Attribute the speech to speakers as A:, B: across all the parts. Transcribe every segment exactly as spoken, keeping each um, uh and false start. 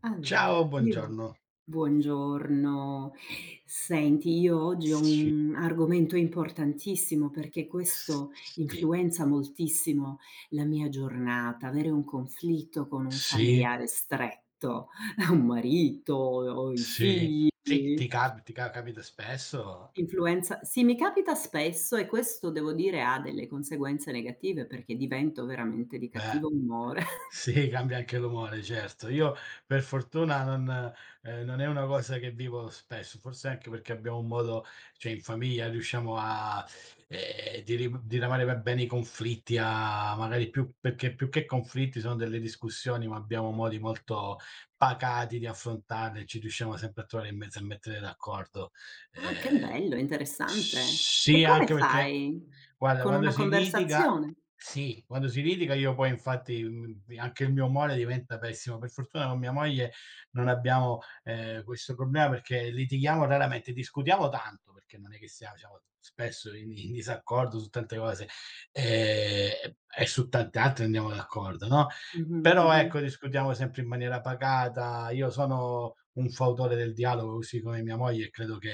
A: Allora,
B: Ciao,
A: io
B: buongiorno.
A: buongiorno. Senti, io oggi ho
B: Sì,
A: un argomento importantissimo perché
B: s
A: questo
B: sì,
A: influenza moltissimo la mia giornata. Avere un conflitto con un
B: sì,
A: familiare stretto, un marito o i
B: sì.
A: figli,
B: Sì, ti capi ti ca capita spesso?
A: influenza sì, mi capita spesso e questo devo dire ha delle conseguenze negative perché divento veramente di
B: Beh,
A: cattivo umore.
B: sì, cambia anche l'umore, certo. Io per fortuna non ehm, non è una cosa che vivo spesso, forse anche perché abbiamo un modo, cioè in famiglia riusciamo a ehm, dirim diramare per bene i conflitti, a magari più perché più che conflitti sono delle discussioni, ma abbiamo modi molto pacati di affrontarle, ci riusciamo sempre a trovare in mezzo e mettere d'accordo.
A: Ah, che
B: Ehm,
A: bello, interessante. E
B: sì,
A: come
B: anche perché
A: fai?
B: guarda,
A: Con
B: quando
A: una
B: si litiga
A: conversazione?
B: sì, quando si litiga io poi infatti, mhmm, anche il mio umore diventa pessimo. Per fortuna con mia moglie non abbiamo, ehm, questo problema perché litighiamo raramente, discutiamo tanto, perché non è che siamo siamo spesso in in disaccordo su tante cose, ehm, e su tante altre andiamo d'accordo, no,
A: Mh-mh,
B: però
A: mh-mh.
B: ecco, discutiamo sempre in maniera pacata. Io sono un fautore del dialogo, così come mia moglie, e credo che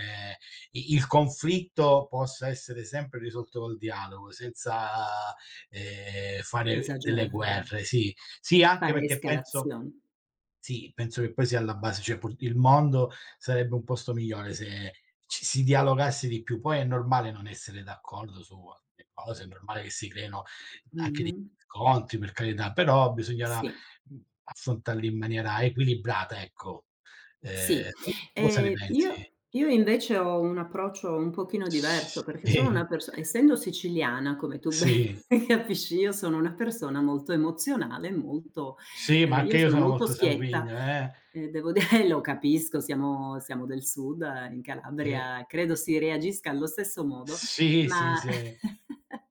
B: i il conflitto possa essere sempre risolto col dialogo, senza, ehm, fare delle
A: Esagerare.
B: guerre, sì. Sì, anche
A: Fare
B: perché penso
A: escalazione.
B: sì, penso che poi sia alla base, cioè pur il mondo sarebbe un posto migliore se ci si dialogasse di più. Poi è normale non essere d'accordo su alcune cose, è normale che si creino anche degli
A: Mh-mh.
B: scontri, per carità, però bisognerà,
A: Sì.
B: mhmm, affrontarli in maniera equilibrata, ecco.
A: Sì,
B: Ehm, tu cosa ne
A: ehm,
B: pensi?
A: io io invece ho un approccio un pochino diverso, perché sono una
B: Sì,
A: perso essendo siciliana, come tu ben
B: sì,
A: capisci, io sono una persona molto emozionale, molto
B: sì,
A: ehm,
B: ma anche
A: io
B: io
A: sono
B: sono
A: molto
B: molto
A: schietta,
B: sanguigno, eh.
A: ehm, devo dire lo capisco, siamo siamo del sud, eh, in
B: Eh,
A: Calabria credo si reagisca allo stesso modo,
B: sì, sì,
A: ma
B: se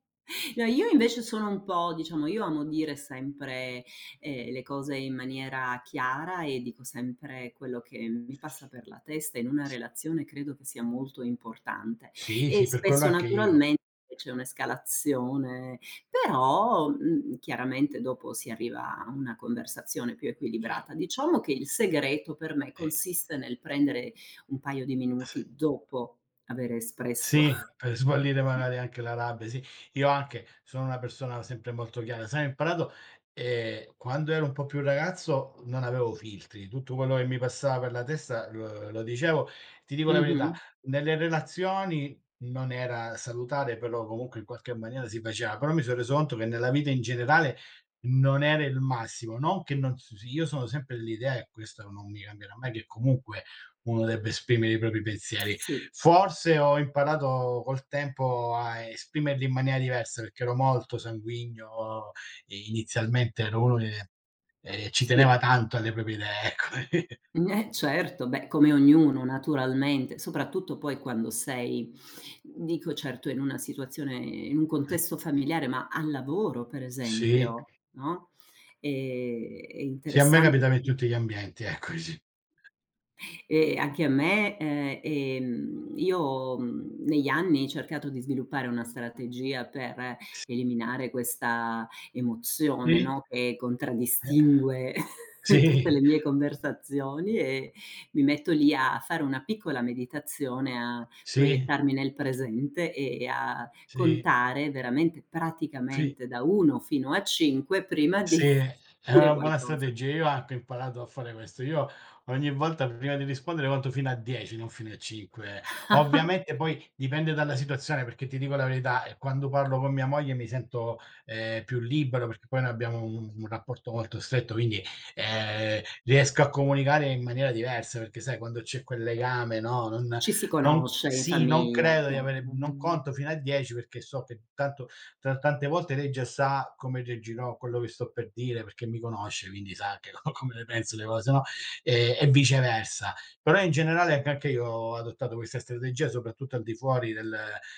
A: no, io invece sono un po' diciamo, io amo dire sempre ehm, le cose in maniera chiara e dico sempre quello che mi passa per la testa in una relazione credo che sia molto importante.
B: sì,
A: E
B: sì, per quello
A: spesso
B: anche io,
A: naturalmente c'è un'escalazione, però, mhmm, chiaramente dopo si arriva a una conversazione più
B: cioè,
A: equilibrata. Diciamo che il segreto per me
B: eh,
A: consiste nel prendere un paio di
B: se.
A: minuti dopo avere espresso.
B: Sì, per sbollire magari anche la rabbia, sì. Io anche sono una persona sempre molto chiara, sai ho imparato, ehm, quando ero un po' più ragazzo non avevo filtri, tutto quello che mi passava per la testa lo lo dicevo. Ti dico la verità,
A: Mh-mh.
B: nelle relazioni non era salutare, però comunque in qualche maniera si faceva, però mi sono reso conto che nella vita in generale non era il massimo, non che non s io sono sempre dell'idea, e questo non mi cambierà mai, che comunque uno debba esprimere i propri pensieri.
A: Sì,
B: Forse ho imparato col tempo a esprimerli in maniera diversa, perché ero molto sanguigno e inizialmente ero uno che, ehm, ci teneva
A: sì.
B: tanto alle proprie idee, ecco.
A: Mh, eh certo, beh, come ognuno naturalmente, soprattutto poi quando sei, dico certo in una situazione in un contesto familiare, ma al lavoro per
B: Sì,
A: esempio, no, ehm, è
B: sì, a me
A: interessante per
B: capitava in tutti gli ambienti, ecco, sì.
A: ehm, anche a me, ehm, ehm, io, mhmm, negli anni, ho cercato di sviluppare una strategia per eliminare questa emozione, no,
B: Sì,
A: che
B: eh,
A: contraddistingue tutte le
B: sì,
A: mie conversazioni e mi metto lì a fare una piccola meditazione, a
B: sì,
A: proiettarmi nel presente e a
B: sì,
A: contare veramente
B: sì.
A: praticamente da uno fino a cinque prima di
B: Sì, è
A: dire
B: una buona
A: qualcosa.
B: strategia. Io anche ho imparato a fare questo. Io ogni volta prima di rispondere conto fino a dieci, non fino a cinque. Ovviamente poi dipende dalla situazione, perché ti dico la verità, ehm, quando parlo con mia moglie mi sento, ehm, più libero perché poi noi abbiamo un un rapporto molto stretto, quindi, ehm, riesco a comunicare in maniera diversa, perché sai quando c'è quel legame, no, non
A: Ci si
B: non
A: conosce in
B: sì, non
A: famiglia,
B: credo di
A: chiaro.
B: avere, non conto fino a dieci perché so che tanto t tante volte lei già sa come reagirò a quello che sto per dire, perché mi conosce, quindi sa anche co come le penso le cose, no, ehm, e viceversa. Però in generale anche anche io ho adottato questa strategia, soprattutto al di fuori del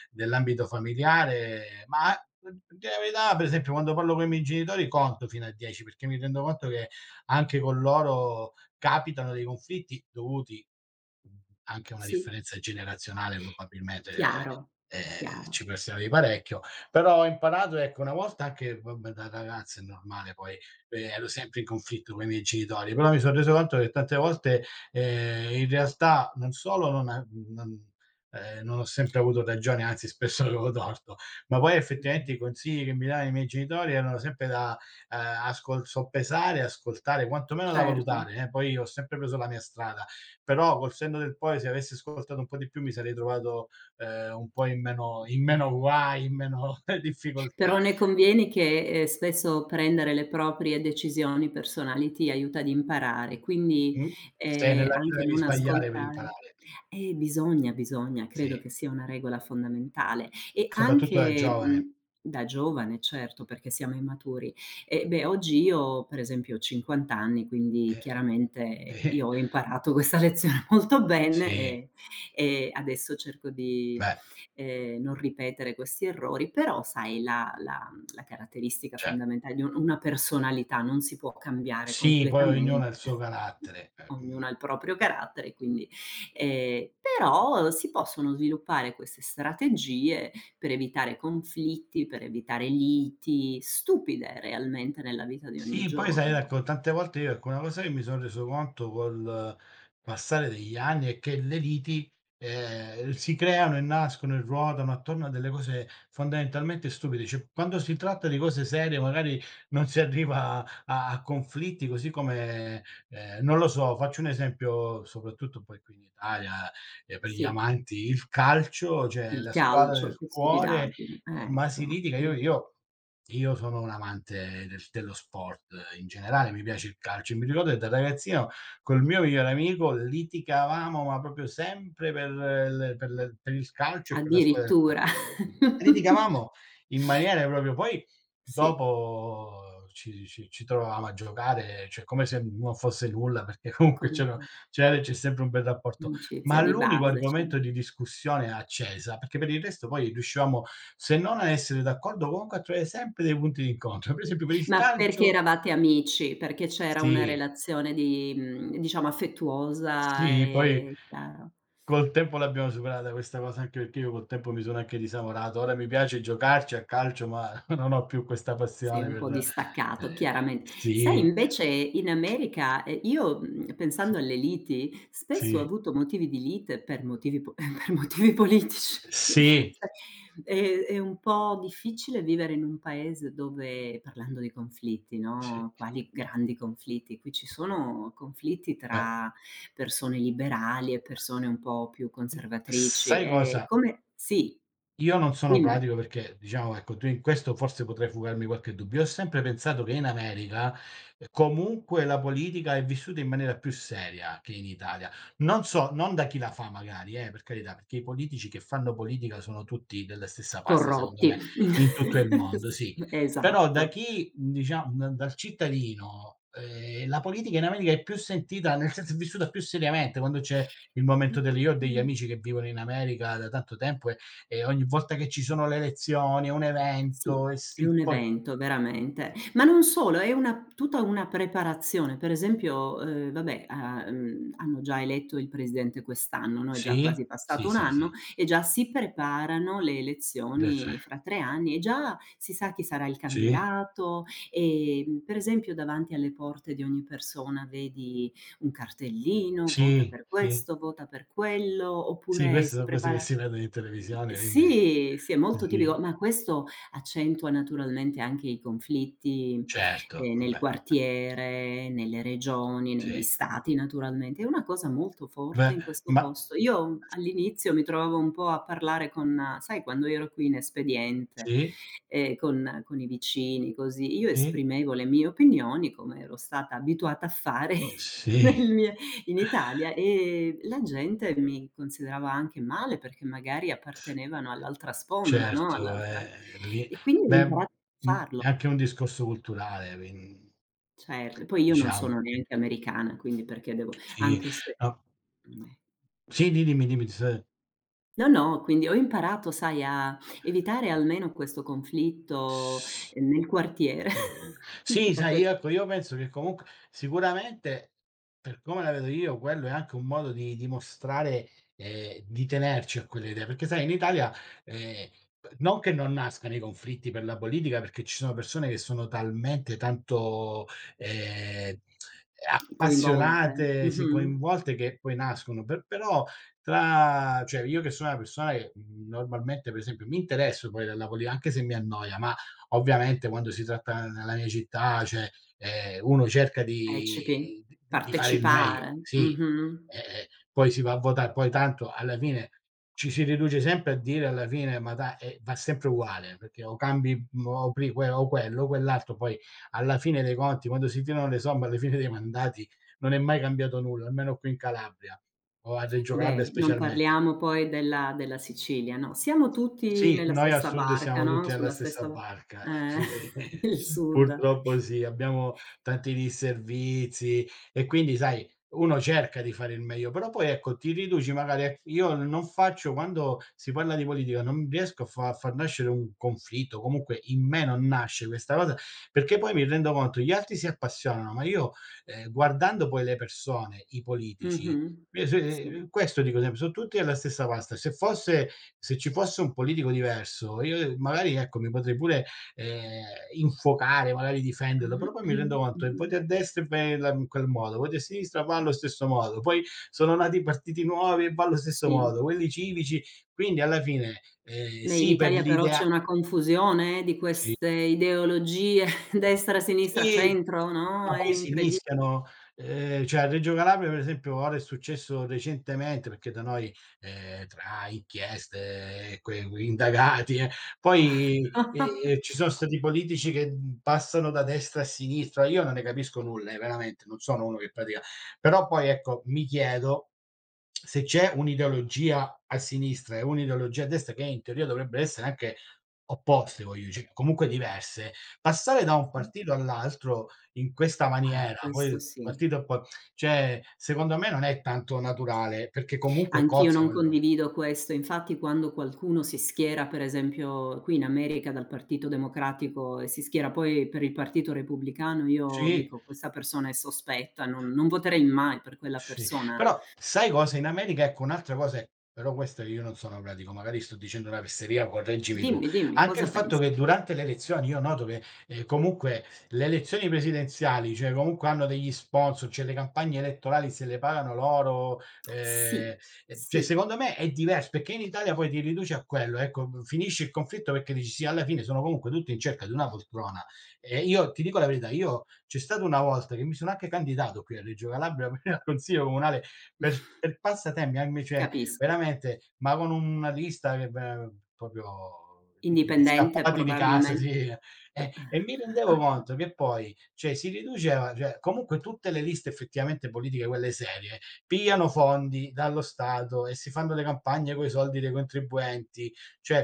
B: dell'ambito familiare, ma dir la verità, per esempio quando parlo coi miei genitori conto fino a dieci, perché mi rendo conto che anche con loro capitano dei conflitti dovuti, mhmm, anche a una
A: Sì,
B: differenza generazionale probabilmente, ehm,
A: chiaro,
B: ehm,
A: chiaro.
B: ci persiamo di parecchio, però ho imparato, ecco, una volta anche vabbè da ragazzo è normale poi, ehm, ero sempre in conflitto coi miei genitori, però mi son reso conto che tante volte, ehm, in realtà non solo non a non ehm, non ho sempre avuto ragione, anzi spesso avevo torto, ma poi
A: Mh-mh.
B: effettivamente i consigli che mi davano i miei genitori erano sempre da, ehm, ascol soppesare, ascoltare, quantomeno da
A: Certo.
B: valutare, eh, poi ho sempre preso la mia strada. Però col senno del poi se avessi ascoltato un po' di più mi sarei trovato ehm, un po' in meno, in meno guai, in meno
A: Però
B: difficoltà.
A: ne convieni che, ehm, spesso prendere le proprie decisioni personali ti aiuta ad imparare, quindi,
B: Mh, se
A: ehm,
B: nella vita
A: anche
B: devi
A: non
B: sbagliare per
A: ascoltare
B: imparare,
A: eh, bisogna, bisogna, credo
B: sì,
A: che sia una regola fondamentale. E
B: soprattutto da
A: anche,
B: giovane.
A: mhmm, da giovane certo, perché siamo immaturi. E beh, oggi io per esempio ho cinquanta anni, quindi
B: Eh,
A: chiaramente io
B: sì,
A: ho imparato questa lezione molto bene
B: sì,
A: e e adesso cerco di
B: beh,
A: ehm, non ripetere questi errori, però sai la la mhmm, la caratteristica
B: cioè
A: fondamentale di un una personalità non si può cambiare
B: sì, poi ognuno ha il
A: completamente.
B: suo carattere.
A: Ognuno ha
B: ehm
A: il proprio carattere, quindi ehm, però si possono sviluppare queste strategie per evitare conflitti, per evitare liti stupide realmente nella vita di ogni
B: Sì, poi sai,
A: giorno.
B: ecco, tante volte io ecco, una cosa che mi sono reso conto col passare degli anni è che le liti, ehm, si creano e nascono e ruotano attorno a delle cose fondamentalmente stupide. Cioè, quando si tratta di cose serie magari non si arriva a a conflitti, così come, ehm, non lo so, faccio un esempio soprattutto poi qui in Italia, ehm, per gli
A: Sì,
B: amanti, il calcio, cioè
A: il
B: la squadra
A: calcio,
B: del
A: che
B: cuore,
A: stupidaggine,
B: ehm, ma si
A: ecco.
B: litiga. Io
A: Mh.
B: io io sono un amante del dello sport, eh, in generale, mi piace il calcio e mi ricordo che da ragazzino col mio migliore amico litigavamo, ma proprio sempre per l per l per il calcio e per la squadra del cuore.
A: Addirittura.
B: Litigavamo in maniera proprio poi
A: Sì,
B: dopo ci ci ci trovavamo a giocare, cioè come se non fosse nulla, perché comunque
A: come
B: c'era c'era e c'è sempre un bel rapporto.
A: un'amicizia
B: Ma
A: di
B: l'unico
A: base, cer
B: argomento di discussione accesa, perché per il resto poi riuscivamo, se non a essere d'accordo, comunque a trovare sempre dei punti d'incontro. Per esempio per il
A: ma perché
B: calcio,
A: eravate amici? Perché c'era una
B: sì,
A: relazione di mhmm, diciamo affettuosa
B: sì, poi
A: e chiaro.
B: col tempo l'abbiamo superata questa cosa, anche perché io col tempo mi sono anche disamorato. Ora mi piace giocarci a calcio, ma non ho più questa
A: Sei
B: passione
A: un po'
B: per.
A: distaccato,
B: ehm,
A: chiaramente. Sai
B: sì,
A: invece in America, ehm, io, mhmm, pensando alle liti, spesso ho
B: sì,
A: avuto motivi di lite per motivi po per motivi politici.
B: sì,
A: Sai, è è un po' difficile vivere in un paese dove parlando di conflitti,
B: sì.
A: no, quali grandi conflitti, qui ci sono conflitti
B: Beh,
A: tra persone liberali e persone un po' più conservatrici.
B: sai
A: E
B: cosa?
A: come sì,
B: Io non sono
A: dimmi.
B: pratico perché diciamo, ecco, tu in questo forse potrei fugarmi qualche dubbio. Ho sempre pensato che in America, ehm, comunque la politica è vissuta in maniera più seria che in Italia. Non so non da chi la fa magari, eh, per carità, perché i politici che fanno politica sono tutti della stessa pasta secondo
A: Corrotti.
B: me, in tutto il mondo,
A: S
B: sì. Però da
A: esatto.
B: chi diciam da dal cittadino, ehm, la politica in America è più sentita nel senso è vissuta più seriamente, quando c'è il
A: E,
B: momento delle, io ho degli
A: mh
B: amici che vivono in America da tanto tempo e ogni volta che ci sono le elezioni, è un
A: sì,
B: evento e
A: è
B: si
A: un
B: poi
A: evento veramente. Ma non solo, è una tutta una preparazione. Per esempio, uhm, vabbè, ha mhmm, hanno già eletto il presidente quest'anno, no, è già
B: sì,
A: quasi passato
B: sì,
A: un
B: sì,
A: anno
B: sì.
A: e già si preparano le
B: De ce
A: elezioni fra tre anni e già si sa chi sarà il
B: Sì,
A: candidato. Ehm, per esempio davanti alle porte di ogni persona vedi un cartellino: "Vota
B: sì,
A: per
B: sì.
A: questo, vota per quello",
B: Sì,
A: oppure
B: queste
A: si
B: sono cose che
A: prepara
B: si vedono in televisione, quindi
A: sì, sì, è molto
B: sì,
A: tipico, ma questo accentua naturalmente anche i conflitti,
B: certo,
A: ehm, nel
B: vabbè,
A: quartiere, nelle regioni, negli
B: sì.
A: stati naturalmente. È una cosa molto forte
B: Beh,
A: in questo
B: ma
A: posto. Io all'inizio mi trovavo un po' a parlare con eh, sai quando ero qui in espediente,
B: sì,
A: ehm, con con i vicini così, io
B: sì,
A: esprimevo le mie opinioni come ero stata abituata a fare nel
B: sì,
A: mie in Italia, e la gente mi considerava anche male, perché magari
B: s
A: appartenevano all'altra sponda, no,
B: certo,
A: all'altra
B: ehm, lì
A: e quindi ho
B: beh,
A: imparato a
B: mhmm,
A: farlo.
B: è anche un discorso culturale, quin
A: Cioè, poi io non
B: diciamo,
A: sono neanche americana, quindi perché devo
B: sì,
A: anche se
B: no,
A: meh.
B: sì, di dimmi, dimmi, ti sto
A: No, no, quindi ho imparato, sai, a evitare almeno questo conflitto,
B: s
A: ehm, nel quartiere
B: sì,
A: da
B: sai,
A: ques
B: io ecco, io penso che comunque sicuramente, per come la vedo io, quello è anche un modo di dimostrare, ehm, di tenerci a quelle idee, perché sai in Italia, ehm, non che non nascano i conflitti per la politica, perché ci sono persone che sono talmente tanto, ehm,
A: coinvolte.
B: appassionate, si
A: Mh-mh.
B: coinvolte che poi nascono, per però tra, cioè io che sono una persona che, mhmm, normalmente per esempio mi interesso poi della poli anche se mi annoia, ma ovviamente quando si tratta nella mia città, cioè, ehm, uno cerca
A: Partecipi,
B: di di di fare il meglio,
A: partecipare.
B: sì,
A: Mh-mh.
B: ehm, poi si va a votà, poi tanto alla fine ci si riduce sempre a dire alla fine: "Ma dai" e va sempre uguale, perché o cambi mhmm, o pri que o quello o quell'altro, poi alla fine dei conti, quando si tirano le somme, alla fine dei mandati non è mai cambiato nulla, almeno qui in Calabria, o a Reggio Calabria
A: Beh, non
B: specialmente.
A: parliamo poi della della Sicilia, no, siamo tutti
B: Sì,
A: nella
B: noi al
A: stessa
B: sud
A: barca,
B: siamo
A: no,
B: tutti nella
A: sulla
B: stessa
A: stessa
B: barca,
A: eh,
B: sì,
A: il sud.
B: purtroppo sì, abbiamo tanti disservizi e quindi sai, uno cerca di fare il meglio, però poi ecco, ti riduci magari a io non faccio quando si parla di politica, non riesco a fa a far nascere un conflitto, comunque in me non nasce questa cosa, perché poi mi rendo conto gli altri si appassionano, ma io, ehm, guardando poi le persone, i politici,
A: Mh-mh.
B: eh, sì,
A: Sì.
B: ehm, questo dico sempre, son tutti alla stessa pasta. Se fosse se ci fosse un politico diverso, io, eh, magari ecco, mi potrei pure, ehm, infuocare, magari difenderlo,
A: Mh-mh.
B: però poi mi
A: Mh,
B: rendo conto che
A: mh-mh.
B: voti a destra e vai la in quel modo, voti a sinistra va allo stesso modo, poi sono nati partiti nuovi e va allo stesso
A: Sì.
B: modo, quelli civici, quindi alla fine, ehm,
A: Beh, in
B: sì per
A: Italia però c'è
B: l'idea,
A: una confusione eh, di
B: sì.
A: queste ideologie, destra, sinistra,
B: Sì,
A: centro, no,
B: ma
A: è
B: poi si
A: incredi
B: mischiano, ehm, cioè a Reggio Calabria per esempio ora è successo recentemente, perché da noi, ehm, tra inchieste e que indagati, eh, poi, ehm, ci sono stati politici che, mhmm, passano da destra a sinistra. Io non ne capisco nulla, eh, veramente, non sono uno che pratica. Però poi ecco, mi chiedo se c'è un'ideologia a sinistra e un'ideologia a destra che in teoria dovrebbero essere anche opposte, voglio dice comunque diverse. Passare da un partito all'altro in questa
A: Ah,
B: maniera, poi
A: questo
B: il
A: sì.
B: partito poi, cioè, secondo me non è tanto naturale, perché comunque
A: Anch'io
B: cozza
A: non
B: quel,
A: condivido questo. Infatti quando qualcuno si schiera, per esempio qui in America dal Partito Democratico e si schiera poi per il Partito Repubblicano, io
B: sì.
A: dico: "Questa persona è sospetta, non non voterei mai per quella
B: Sì,
A: persona."
B: però sai cosa in America, ecco, un'altra cosa è però questa, io non sono pratico, magari sto dicendo una fesseria, correggimi tu.
A: Dimmi, dimmi
B: Anche il
A: cosa
B: fatto
A: pensi.
B: che durante le elezioni io noto che, ehm, comunque le elezioni presidenziali, cioè comunque hanno degli sponsor, cioè le campagne elettorali se le pagano loro, ehm,
A: Sì,
B: e cioè
A: sì,
B: secondo me è divers perché in Italia poi ti riduci a quello, ecco, finisce il conflitto perché dici: "Sì, alla fine sono comunque tutti in cerca di una poltrona." E io ti dico la verità, io c'è stata una volta che mi sono anche candidato qui a Reggio Calabria per al consiglio comunale, per per passatempi, anche cioè
A: capisco.
B: veramente, ma con una lista che ve proprio di di di
A: Indipendente
B: scappati di casa,
A: probabilmente.
B: sì, eh, e mi rendevo conto che poi, cioè si riduceva, cioè comunque tutte le liste effettivamente politiche, quelle serie, pigliano fondi dallo Stato e si fanno le campagne coi soldi dei contribuenti, cioè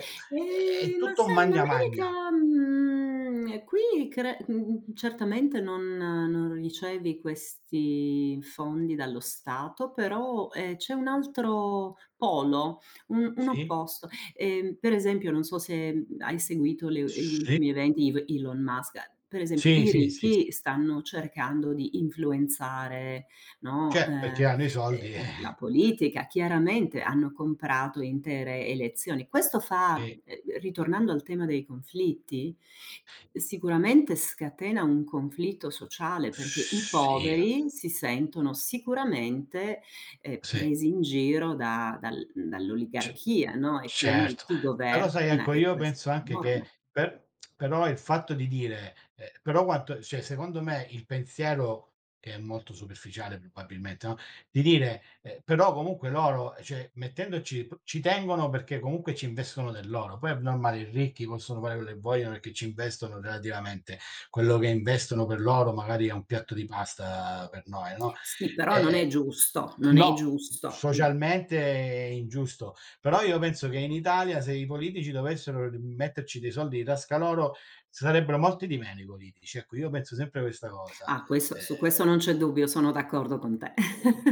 B: è è
A: Ehm, ma
B: tutto un
A: sai in
B: magna magna.
A: America, mhmm, eh, qui cre mhmm, certamente non non ricevi questi fondi dallo Stato, però, ehm, c'è un altro polo, un un
B: Sì?
A: opposto. Ehm, per esempio, non so se, mhmm, hai seguito le gli
B: Sì,
A: ultimi eventi Iv Elon Musk. Per esempio,
B: sì,
A: i
B: sì, sì, sì.
A: ricchi stanno cercando di influenzare, no, ehm,
B: Cioè, perché
A: ehm,
B: hanno i soldi, eh.
A: la politica. Chiaramente hanno comprato intere elezioni. Questo fa
B: Sì.
A: ehm, ritornando al tema dei conflitti, sicuramente scatena un conflitto sociale, perché i
B: Sì,
A: poveri si sentono sicuramente, ehm,
B: sì.
A: presi in giro da dal
B: C
A: dall'oligarchia, no, e quindi
B: Certo,
A: chi
B: però sai
A: governa
B: ecco
A: e
B: io
A: questo
B: penso
A: è
B: anche che
A: enorme.
B: per, però il fatto di dire, ehm, però quanto, cioè secondo me il pensiero, che è molto superficiale probabilmente, no, di dire, ehm: "Però comunque loro, cioè mettendoci p ci tengono perché comunque ci investono del loro." Poi è normale, i ricchi possono fare quello che vogliono perché ci investono relativamente quello che investono per loro magari è un piatto di pasta per noi, no.
A: Sì, però non
B: ehm
A: è giusto, non è
B: No,
A: giusto, no.
B: socialmente è ingiusto, però io penso che in Italia se i politici dovessero r metterci dei soldi in tasca loro, sarebbero molti di meno i politici. Ecco, io penso sempre questa cosa.
A: Ah, questo
B: Ehm,
A: su questo non c'è dubbio, sono d'accordo con te.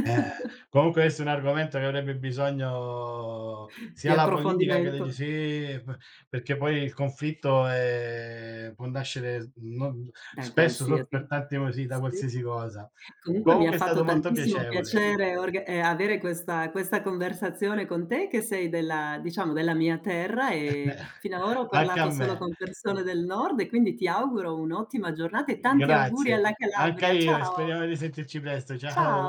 B: eh, comunque questo è un argomento che avrebbe bisogno
A: Di
B: sia la politica che le
A: approfondimento
B: g sì, p perché poi il conflitto, ehm, può nascere non
A: da
B: spesso so
A: qualsiasi
B: per
A: cosa.
B: tanti motivi, da
A: Sì.
B: qualsiasi cosa.
A: Comunque mi ha
B: Comunque è
A: fatto
B: stato molto
A: tantissimo
B: piacevole.
A: piacere org ehm, avere questa questa conversazione con te che sei della diciamo della mia terra e finora ho
B: Anche a
A: parlato solo
B: me.
A: con persone del nord e quindi ti auguro un'ottima giornata e tanti auguri
B: Grazie,
A: alla
B: anche
A: Calabria.
B: io e
A: Ciao.
B: speriamo di sentirci presto.
A: Cia
B: Ciao.